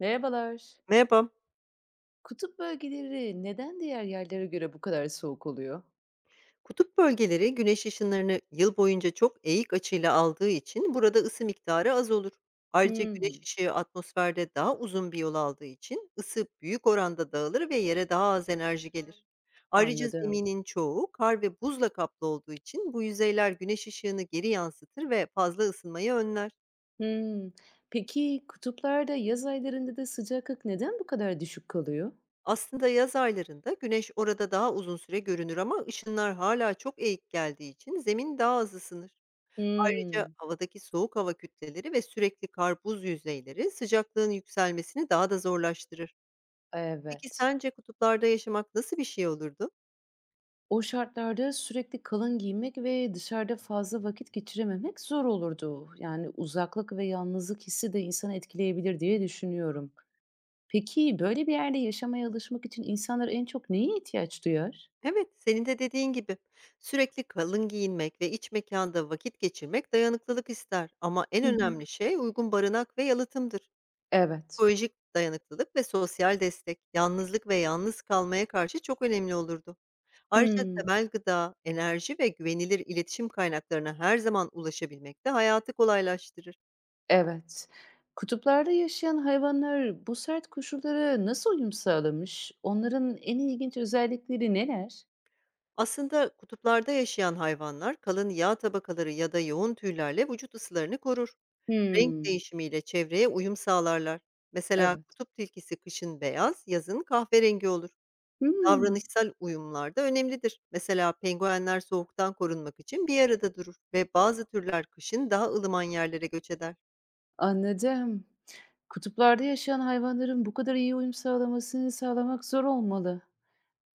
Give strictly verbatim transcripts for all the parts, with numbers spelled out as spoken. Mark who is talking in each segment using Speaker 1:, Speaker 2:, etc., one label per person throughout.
Speaker 1: Merhabalar.
Speaker 2: Merhaba.
Speaker 1: Kutup bölgeleri neden diğer yerlere göre bu kadar soğuk oluyor?
Speaker 2: Kutup bölgeleri güneş ışınlarını yıl boyunca çok eğik açıyla aldığı için burada ısı miktarı az olur. Ayrıca güneş
Speaker 1: Hımm,
Speaker 2: ışığı atmosferde daha uzun bir yol aldığı için ısı büyük oranda dağılır ve yere daha az enerji gelir. Ayrıca
Speaker 1: anladım.
Speaker 2: zeminin çoğu kar ve buzla kaplı olduğu için bu yüzeyler güneş ışığını geri yansıtır ve fazla ısınmayı önler.
Speaker 1: Hımm. Peki kutuplarda yaz aylarında da sıcaklık neden bu kadar düşük kalıyor?
Speaker 2: Aslında yaz aylarında güneş orada daha uzun süre görünür, ama ışınlar hala çok eğik geldiği için zemin daha az ısınır. Ayrıca
Speaker 1: Hımm,
Speaker 2: havadaki soğuk hava kütleleri ve sürekli kar buz yüzeyleri sıcaklığın yükselmesini daha da zorlaştırır. Peki
Speaker 1: evet.
Speaker 2: sence kutuplarda yaşamak nasıl bir şey olurdu?
Speaker 1: O şartlarda sürekli kalın giymek ve dışarıda fazla vakit geçirememek zor olurdu. Yani uzaklık ve yalnızlık hissi de insanı etkileyebilir diye düşünüyorum. Peki böyle bir yerde yaşamaya alışmak için insanlar en çok neye ihtiyaç duyar?
Speaker 2: Evet, senin de dediğin gibi. Sürekli kalın giyinmek ve iç mekanda vakit geçirmek dayanıklılık ister, ama en
Speaker 1: Hı hı.
Speaker 2: önemli şey uygun barınak ve yalıtımdır.
Speaker 1: Evet.
Speaker 2: Psikolojik dayanıklılık ve sosyal destek, yalnızlık ve yalnız kalmaya karşı çok önemli olurdu. Ayrıca
Speaker 1: Hmm,
Speaker 2: temel gıda, enerji ve güvenilir iletişim kaynaklarına her zaman ulaşabilmek de hayatı kolaylaştırır.
Speaker 1: evet. Kutuplarda yaşayan hayvanlar bu sert koşullara nasıl uyum sağlamış? Onların en ilginç özellikleri neler?
Speaker 2: Aslında kutuplarda yaşayan hayvanlar kalın yağ tabakaları ya da yoğun tüylerle vücut ısılarını korur. Renk
Speaker 1: Hmm,
Speaker 2: değişimiyle çevreye uyum sağlarlar. Mesela
Speaker 1: evet.
Speaker 2: kutup tilkisi kışın beyaz, yazın kahverengi olur.
Speaker 1: Hmm,
Speaker 2: Davranışsal uyumlar da önemlidir. Mesela penguenler soğuktan korunmak için bir arada durur ve bazı türler kışın daha ılıman yerlere göç eder.
Speaker 1: anladım. Kutuplarda yaşayan hayvanların bu kadar iyi uyum sağlamasını sağlamak zor olmalı.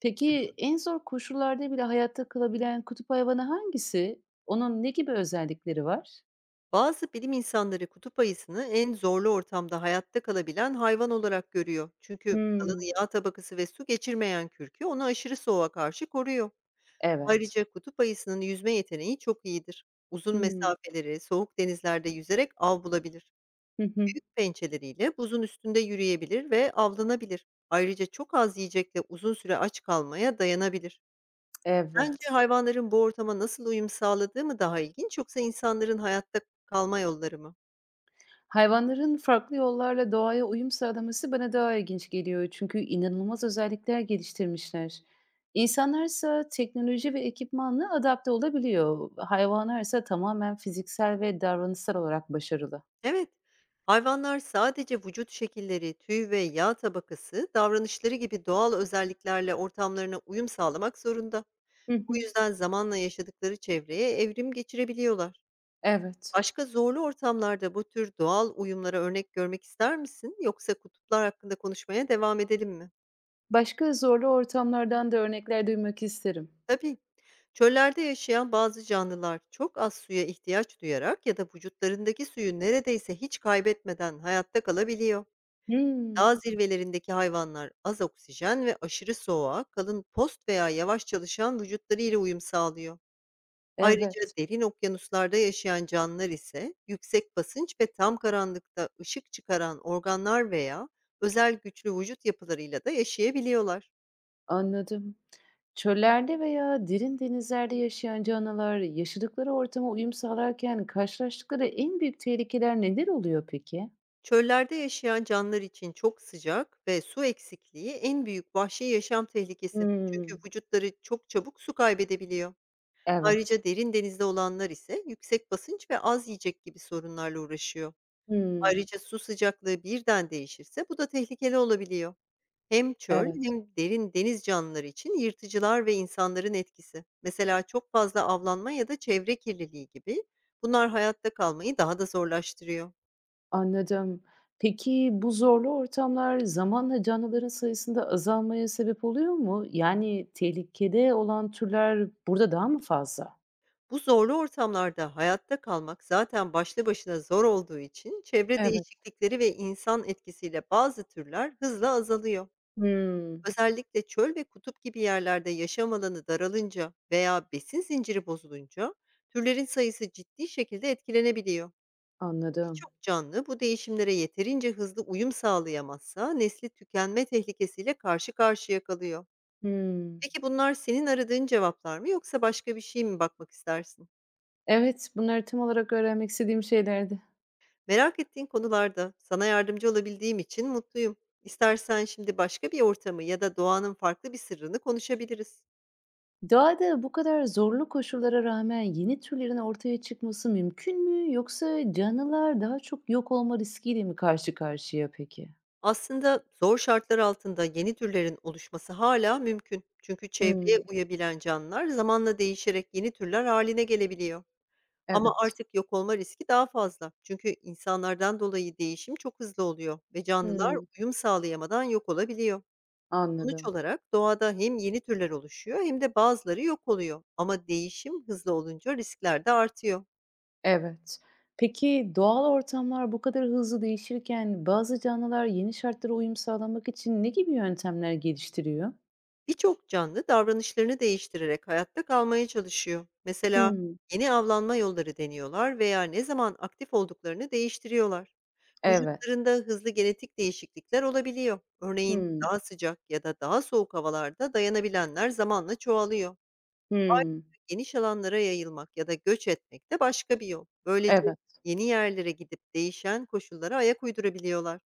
Speaker 1: Peki en zor koşullarda bile hayatta kalabilen kutup hayvanı hangisi? Onun ne gibi özellikleri var?
Speaker 2: Bazı bilim insanları kutup ayısını en zorlu ortamda hayatta kalabilen hayvan olarak görüyor. Çünkü kalın
Speaker 1: Hmm,
Speaker 2: yağ tabakası ve su geçirmeyen kürkü onu aşırı soğuğa karşı koruyor.
Speaker 1: evet.
Speaker 2: Ayrıca kutup ayısının yüzme yeteneği çok iyidir. Uzun
Speaker 1: Hmm,
Speaker 2: mesafeleri soğuk denizlerde yüzerek av bulabilir.
Speaker 1: hı hı.
Speaker 2: Büyük pençeleriyle buzun üstünde yürüyebilir ve avlanabilir. Ayrıca çok az yiyecekle uzun süre aç kalmaya dayanabilir. Sence
Speaker 1: Evet.
Speaker 2: hayvanların bu ortama nasıl uyum sağladığı mı daha ilginç, yoksa insanların hayatta kalma yolları mı?
Speaker 1: Hayvanların farklı yollarla doğaya uyum sağlaması bana daha ilginç geliyor çünkü inanılmaz özellikler geliştirmişler. İnsanlarsa teknoloji ve ekipmanla adapte olabiliyor. Hayvanlarsa tamamen fiziksel ve davranışsal olarak başarılı.
Speaker 2: Evet, hayvanlar sadece vücut şekilleri, tüy ve yağ tabakası, davranışları gibi doğal özelliklerle ortamlarına uyum sağlamak zorunda.
Speaker 1: Hı
Speaker 2: Bu
Speaker 1: hı.
Speaker 2: yüzden zamanla yaşadıkları çevreye evrim geçirebiliyorlar.
Speaker 1: Evet.
Speaker 2: Başka zorlu ortamlarda bu tür doğal uyumlara örnek görmek ister misin? Yoksa kutuplar hakkında konuşmaya devam edelim mi?
Speaker 1: Başka zorlu ortamlardan da örnekler duymak isterim.
Speaker 2: Tabii. Çöllerde yaşayan bazı canlılar çok az suya ihtiyaç duyarak ya da vücutlarındaki suyu neredeyse hiç kaybetmeden hayatta kalabiliyor.
Speaker 1: Hmm,
Speaker 2: Dağ zirvelerindeki hayvanlar az oksijen ve aşırı soğuğa, kalın post veya yavaş çalışan vücutları ile uyum sağlıyor. Ayrıca
Speaker 1: evet,
Speaker 2: derin okyanuslarda yaşayan canlılar ise yüksek basınç ve tam karanlıkta ışık çıkaran organlar veya özel güçlü vücut yapılarıyla da yaşayabiliyorlar.
Speaker 1: anladım. Çöllerde veya derin denizlerde yaşayan canlılar yaşadıkları ortama uyum sağlarken karşılaştıkları en büyük tehlikeler neler oluyor peki?
Speaker 2: Çöllerde yaşayan canlılar için çok sıcak ve su eksikliği en büyük vahşi yaşam tehlikesi. Çünkü
Speaker 1: Hımm.
Speaker 2: vücutları çok çabuk su kaybedebiliyor.
Speaker 1: Evet.
Speaker 2: Ayrıca derin denizde olanlar ise yüksek basınç ve az yiyecek gibi sorunlarla uğraşıyor.
Speaker 1: Hımm.
Speaker 2: Ayrıca su sıcaklığı birden değişirse bu da tehlikeli olabiliyor. Hem çöl
Speaker 1: Evet.
Speaker 2: hem derin deniz canlıları için yırtıcılar ve insanların etkisi, mesela çok fazla avlanma ya da çevre kirliliği gibi, bunlar hayatta kalmayı daha da zorlaştırıyor.
Speaker 1: Anladım. Peki bu zorlu ortamlar zamanla canlıların sayısında azalmaya sebep oluyor mu? Yani tehlikede olan türler burada daha mı fazla?
Speaker 2: Bu zorlu ortamlarda hayatta kalmak zaten başlı başına zor olduğu için çevre
Speaker 1: Evet.
Speaker 2: değişiklikleri ve insan etkisiyle bazı türler hızla azalıyor.
Speaker 1: Hımm.
Speaker 2: Özellikle çöl ve kutup gibi yerlerde yaşam alanı daralınca veya besin zinciri bozulunca türlerin sayısı ciddi şekilde etkilenebiliyor.
Speaker 1: Anladım.
Speaker 2: Birçok canlı bu değişimlere yeterince hızlı uyum sağlayamazsa nesli tükenme tehlikesiyle karşı karşıya kalıyor.
Speaker 1: Hımm.
Speaker 2: Peki bunlar senin aradığın cevaplar mı, yoksa başka bir şey mi bakmak istersin?
Speaker 1: Evet, bunları tam olarak öğrenmek istediğim şeylerdi.
Speaker 2: Merak ettiğin konularda sana yardımcı olabildiğim için mutluyum. İstersen şimdi başka bir ortamı ya da doğanın farklı bir sırrını konuşabiliriz.
Speaker 1: Doğada bu kadar zorlu koşullara rağmen yeni türlerin ortaya çıkması mümkün mü yoksa canlılar daha çok yok olma riskiyle mi karşı karşıya peki?
Speaker 2: Aslında zor şartlar altında yeni türlerin oluşması hala mümkün. Çünkü çevreye
Speaker 1: Hımm,
Speaker 2: uyabilen canlılar zamanla değişerek yeni türler haline gelebiliyor. Ama
Speaker 1: evet.
Speaker 2: artık yok olma riski daha fazla. Çünkü insanlardan dolayı değişim çok hızlı oluyor ve canlılar
Speaker 1: Hımm,
Speaker 2: uyum sağlayamadan yok olabiliyor. Sonuç
Speaker 1: anladım.
Speaker 2: olarak doğada hem yeni türler oluşuyor, hem de bazıları yok oluyor. Ama değişim hızlı olunca riskler de artıyor.
Speaker 1: Evet. Peki doğal ortamlar bu kadar hızlı değişirken bazı canlılar yeni şartlara uyum sağlamak için ne gibi yöntemler geliştiriyor?
Speaker 2: Birçok canlı davranışlarını değiştirerek hayatta kalmaya çalışıyor. Mesela
Speaker 1: Hımm,
Speaker 2: yeni avlanma yolları deniyorlar veya ne zaman aktif olduklarını değiştiriyorlar.
Speaker 1: evet.
Speaker 2: Vücutlarında hızlı genetik değişiklikler olabiliyor. Örneğin
Speaker 1: Hımm,
Speaker 2: daha sıcak ya da daha soğuk havalarda dayanabilenler zamanla çoğalıyor. Ayrıca
Speaker 1: hımm,
Speaker 2: geniş alanlara yayılmak ya da göç etmek de başka bir yol. Böylece
Speaker 1: evet.
Speaker 2: yeni yerlere gidip değişen koşullara ayak uydurabiliyorlar.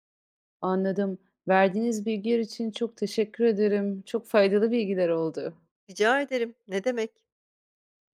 Speaker 1: Anladım. Verdiğiniz bilgiler için çok teşekkür ederim. Çok faydalı bilgiler oldu.
Speaker 2: Rica ederim. Ne demek?